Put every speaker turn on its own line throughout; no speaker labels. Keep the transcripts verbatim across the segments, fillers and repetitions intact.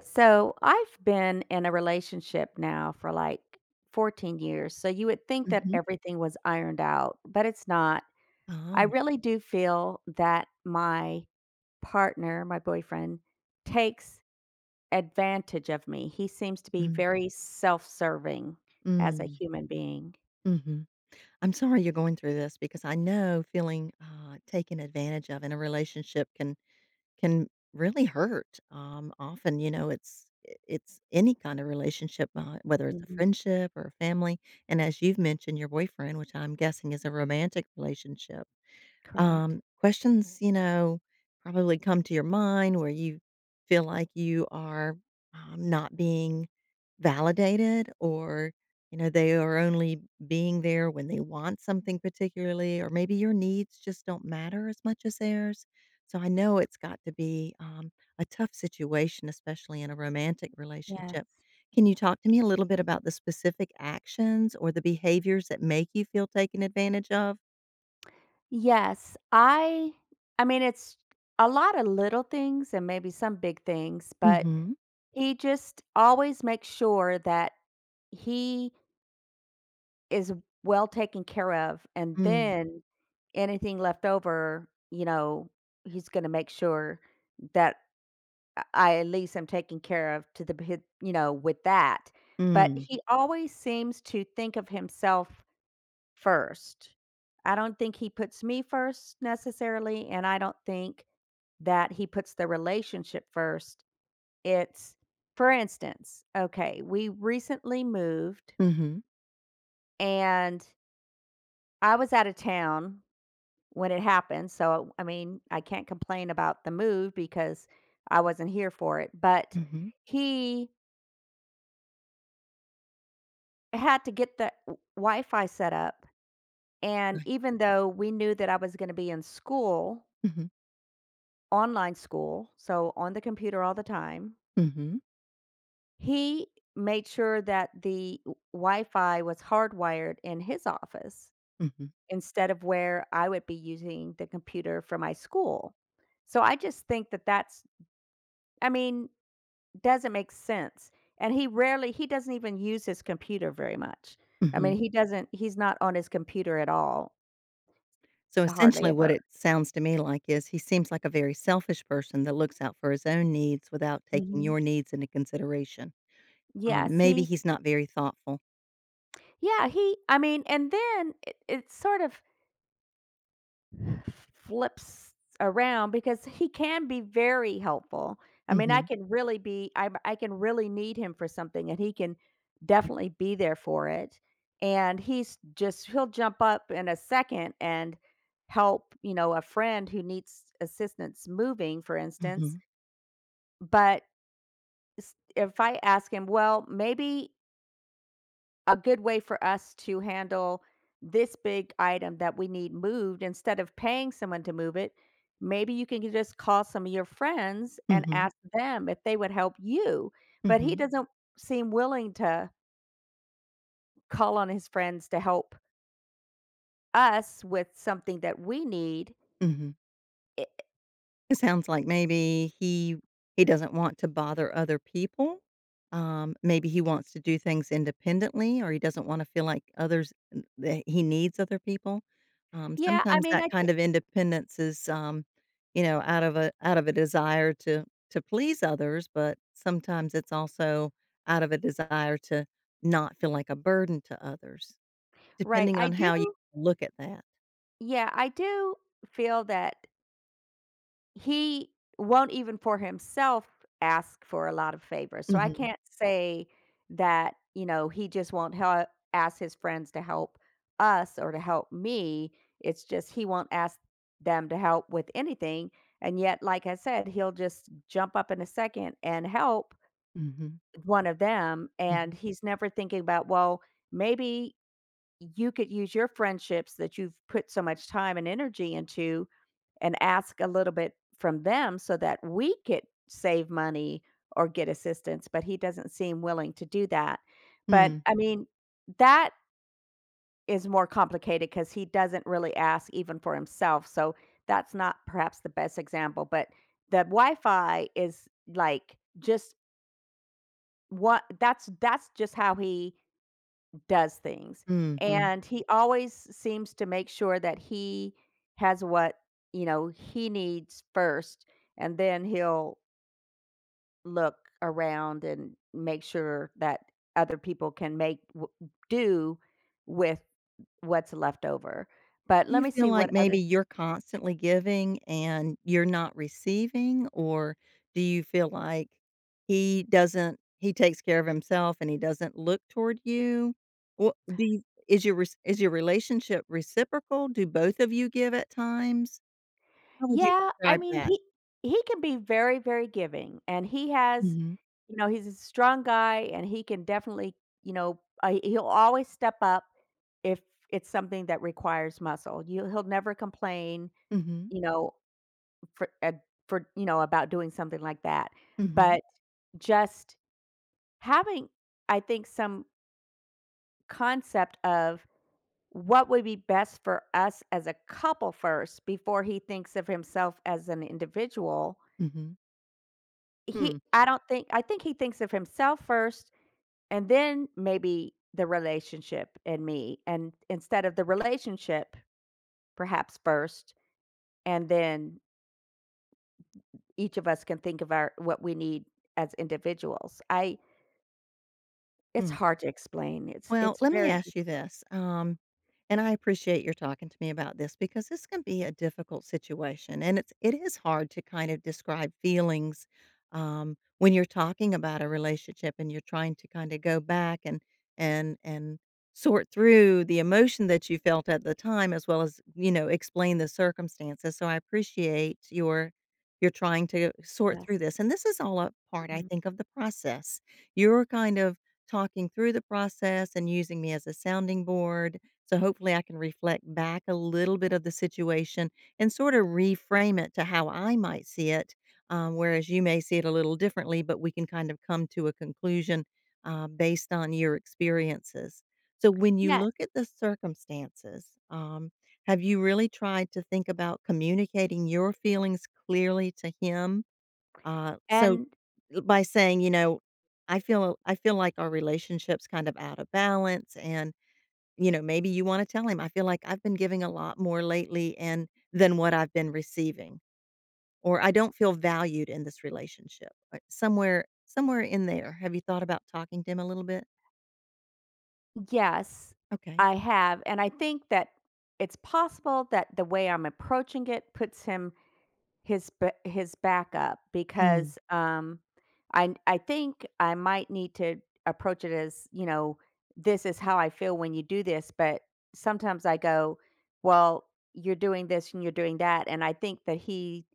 So I've been in a relationship now for like fourteen years. So you would think that
Mhm.
everything was ironed out, but it's not. I
Oh.
really do feel that my partner, my boyfriend, takes advantage of me. He seems to be
Mm,
very self serving as a
mm,
human being.
mhm. I'm sorry you're going through this because I know feeling, uh, taken advantage of in a relationship can can really hurt. Um, often, you know, it's i it's any kind of relationship, uh, whether it's a
Mhm.
friendship or a family, and as you've mentioned, your boyfriend, which I'm guessing is a romantic relationship.
Correct.
Um, questions, you know, probably come to your mind where you feel like you are um, not being validated or you know they are only being there when they want something particularly, or maybe your needs just don't matter as much as theirs. So I know it's got to be um, a tough situation, especially in a romantic relationship.
Yes.
Can you talk to me a little bit about the specific actions or the behaviors that make you feel taken advantage of?
Yes. I I mean it's a lot of little things and maybe some big things, but
Hmm.
he just always makes sure that he is well taken care of, and then anything left over, you know, he's gonna make sure that I I at least am taken care of to the b hit you know, with that. But
Mm.
he always seems to think of himself first. I don't think he puts me first necessarily, and I don't think that he puts the relationship first. It's for instance, okay, we recently moved
Mhm.
and I was out of town when it happened, so, I mean, I can't complain about the move because I wasn't here for it, but
Mhm.
he had to get the w Wi-Fi set up, and
Right.
even though we knew that I was gonna be in school,
Mhm.
online school, so on the computer all the time,
Mhm.
he made sure that the Wi-Fi was hardwired in his office,
Mhm.
instead of where I would be using the computer for my school. So I just think that that's, I mean, doesn't make sense. And he rarely he doesn't even use his computer very much. I
Mhm.
mean, he doesn't he's not on his computer at all,
So,
hardly
essentially, what
ever.
it sounds to me like is he seems like a very selfish person that looks out for his own needs without taking
Mhm.
your needs into consideration. Um,
Yes,
maybe
he
he's not very thoughtful.
Yeah, he, I mean, and then it, it's sort of flips around because he can be very helpful. I mean, I
Mhm.
can really be I I can really need him for something and he can definitely be there for it. And he's just he'll jump up in a second and help, you know, a friend who needs assistance moving, for instance.
Mhm.
But s- if I ask him, well, maybe a good way for us to handle this big item that we need moved, instead of paying someone to move it, maybe you can just call some of your friends and
Mhm.
ask them if they would help you, but he
Mhm.
doesn't seem willing to call on his friends to help us with something that we need.
Mhm.
I
It sounds like maybe he he doesn't want to bother other people. Um, maybe he wants to do things independently, or he doesn't wanna feel like others that he needs other people. Um,
yeah, I
sometimes
mean,
that
I thi
kind of independence is, um, you know, out of a out of a desire to to please others, but sometimes it's also out of a desire to not feel like a burden to others,
right,
depending
I
on
do
how you look at that.
Yeah, I do feel that he won't even for himself ask for a lot of favors, so I
Mhm,
can't say that, you know, he just won't help ask his friends to help us or to help me, it's just he won't ask them to help with anything, and yet, like I said, he'll just jump up in a second and help
mhm,
one of them, and
mhm.
he's never thinking about, "Well, maybe you could use your friendships that you've put so much time and energy into and ask a little bit from them so that we could save money or get assistance," but he doesn't seem willing to do that. But
Hmm,
I mean, that is more complicated because he doesn't really ask even for himself. So that's not perhaps the best example, but the Wi Fi is like just what that's that's just how he does things,
mhm.
and he always seems to make sure that he has what, you know, he needs first, and then he'll look around and make sure that other people can make w do with what's left over. But
Do
let
you
me
feel
see
like
what other.
maybe you're constantly giving and you're not receiving? Or do you feel like he doesn't he takes care of himself and he doesn't look toward you? What do you is your res- is your relationship reciprocal? Do both of you give at times? How would you
Yeah, I
describe
mean,
that?
he he can be very, very giving, and he has,
Mhm.
you know, he's a strong guy, and he can definitely, you know, uh, he'll always step up if it's something that requires muscle. You He'll never complain,
Mhm.
you know, for uh, for you know, about doing something like that.
Mhm.
But just having, I think, some concept of what would be best for us as a couple first before he thinks of himself as an individual.
Mhm.
He I don't think I think he thinks of himself first and then maybe the relationship and me, and instead of the relationship perhaps first and then each of us can think of our what we need as individuals. I, it's
Hmm.
hard to explain. It's
Well,
it's
let me
very
ask
difficult.
you this, um, and I appreciate your talking to me about this because this can be a difficult situation, and it's it is hard to kind of describe feelings, um, when you're talking about a relationship and you're trying to kind of go back and and and sort through the emotion that you felt at the time, as well as you know explain the circumstances. So I appreciate your you're trying to sort through
Yes,
this, and this is all a part, I
mhm.
think, of the process. You're kind of talking through the process and using me as a sounding board. So hopefully I can reflect back a little bit of the situation and sort of reframe it to how I might see it, um, whereas you may see it a little differently, but we can kind of come to a conclusion uh, based on your experiences. So when you
Yeah,
look at the circumstances, um, have you really tried to think about communicating your feelings clearly to him, uh, so
and
by saying, you know, I feel I feel like our relationship's kind of out of balance and, you know, maybe you want to tell him, I feel like I've been giving a lot more lately and than what I've been receiving, or I don't feel valued in this relationship. uh, Somewhere somewhere in there. Have you thought about talking to him a little bit?
yes,
Okay.
I have, and I think that it's possible that the way I'm approaching it puts him, his ba his backup
Mm.
because, um, I I think I might need to approach it as, you know, "This is how I feel when you do this," but sometimes I go, "Well, you're doing this and you're doing that," and I think that he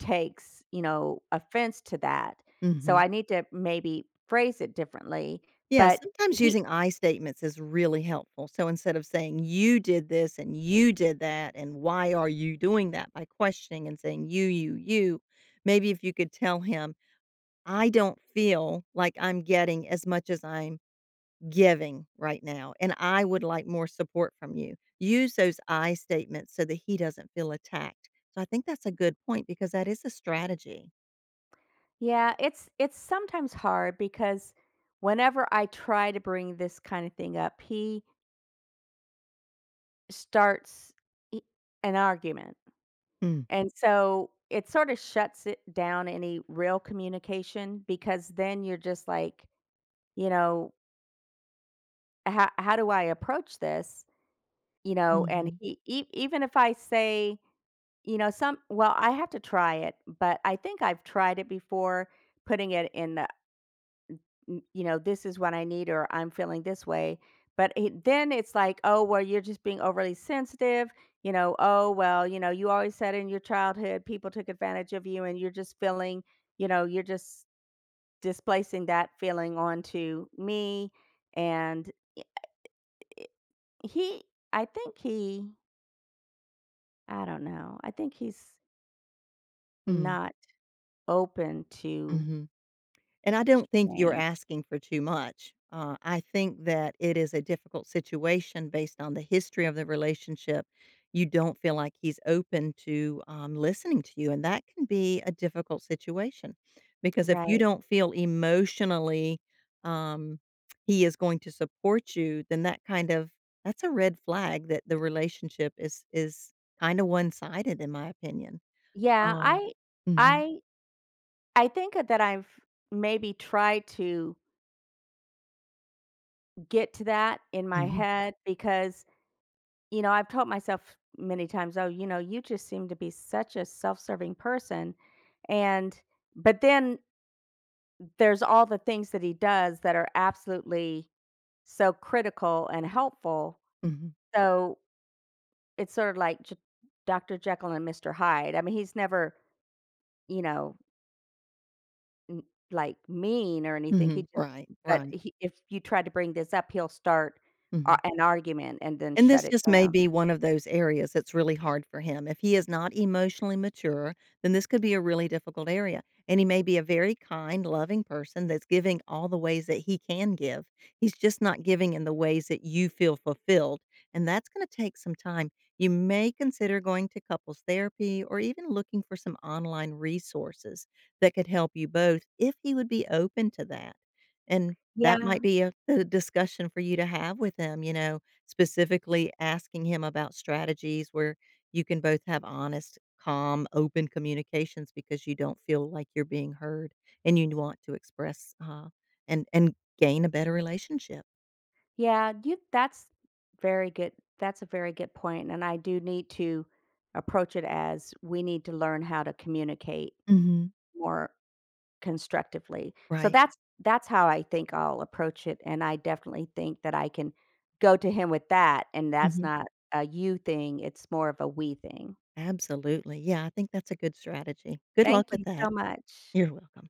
takes, you know, offense to that, so
Mhm.
I need to maybe phrase it differently,
Yeah,
but
sometimes
he.
using "I" statements is really helpful. So instead of saying, "You did this and you did that, and why are you doing that?" by questioning and saying, "You, you, you," maybe if you could tell him, "I don't feel like I'm getting as much as I'm giving right now, and I would like more support from you." Use those "I" statements so that he doesn't feel attacked. So I think that's a good point because that is a strategy.
Yeah, it's it's sometimes hard because whenever I try to bring this kind of thing up, he starts I an argument,
Mm.
and so it sort of shuts it down any real communication because then you're just like, you know, "How how do I approach this?" You know, and
Mhm.
he e even if I say, you know, some well, I have to try it, but I think I've tried it before, putting it in the "N- you know, this is what I need or I'm feeling this way." But it, then it's like, oh, well, you're just being overly sensitive. You know, oh, well, you know, you always said in your childhood people took advantage of you and you're just feeling, you know, you're just displacing that feeling onto me. And i- i- he, I think he, I don't know, I think he's
Mm.
not open to
Mhm. And I don't think you're
change.
asking for too much. Uh, I think that it is a difficult situation based on the history of the relationship. You don't feel like he's open to, um, listening to you. And that can be a difficult situation because if you
Right.
don't feel emotionally, um, he is going to support you, then that kind of that's a red flag that the relationship is is kind of one sided, in my opinion.
Yeah.
Um,
I,
hmm.
I I think that I've maybe tried to get to that in my
Hmm.
head because, you know, I've told myself many times, "Oh, you know, you just seem to be such a self-serving person." And but then there's all the things that he does that are absolutely so critical and helpful.
Hmm.
So, it's sort of like J doctor Jekyll and mister Hyde. I mean, he's never, you know, N like, mean or anything,
Hmm.
he just,
Right,
but
right.
he if you try to bring this up, he'll start
Hmm.
a an argument and then
And
shut
this
it
just may
down.
be one of those areas that's really hard for him. If he is not emotionally mature, then this could be a really difficult area. And he may be a very kind, loving person that's giving all the ways that he can give. He's just not giving in the ways that you feel fulfilled. And that's going to take some time. You may consider going to couples therapy or even looking for some online resources that could help you both if he would be open to that. And that might
Yeah,
be a, a discussion for you to have with him, you know, specifically asking him about strategies where you can both have honest, calm, open communications because you don't feel like you're being heard and you want to express, uh, and and gain a better relationship.
yeah, you that's very good, that's a very good point, and I do need to approach it as we need to learn how to communicate
Mhm.
more constructively. So
Right.
that's that's how I think I'll approach it, and I definitely think that I can go to him with that, and that's
Mhm.
not a you thing, it's more of a we thing.
Absolutely. Yeah, I think that's a good strategy. Good luck
Thank
with
you
that.
so much.
You're welcome.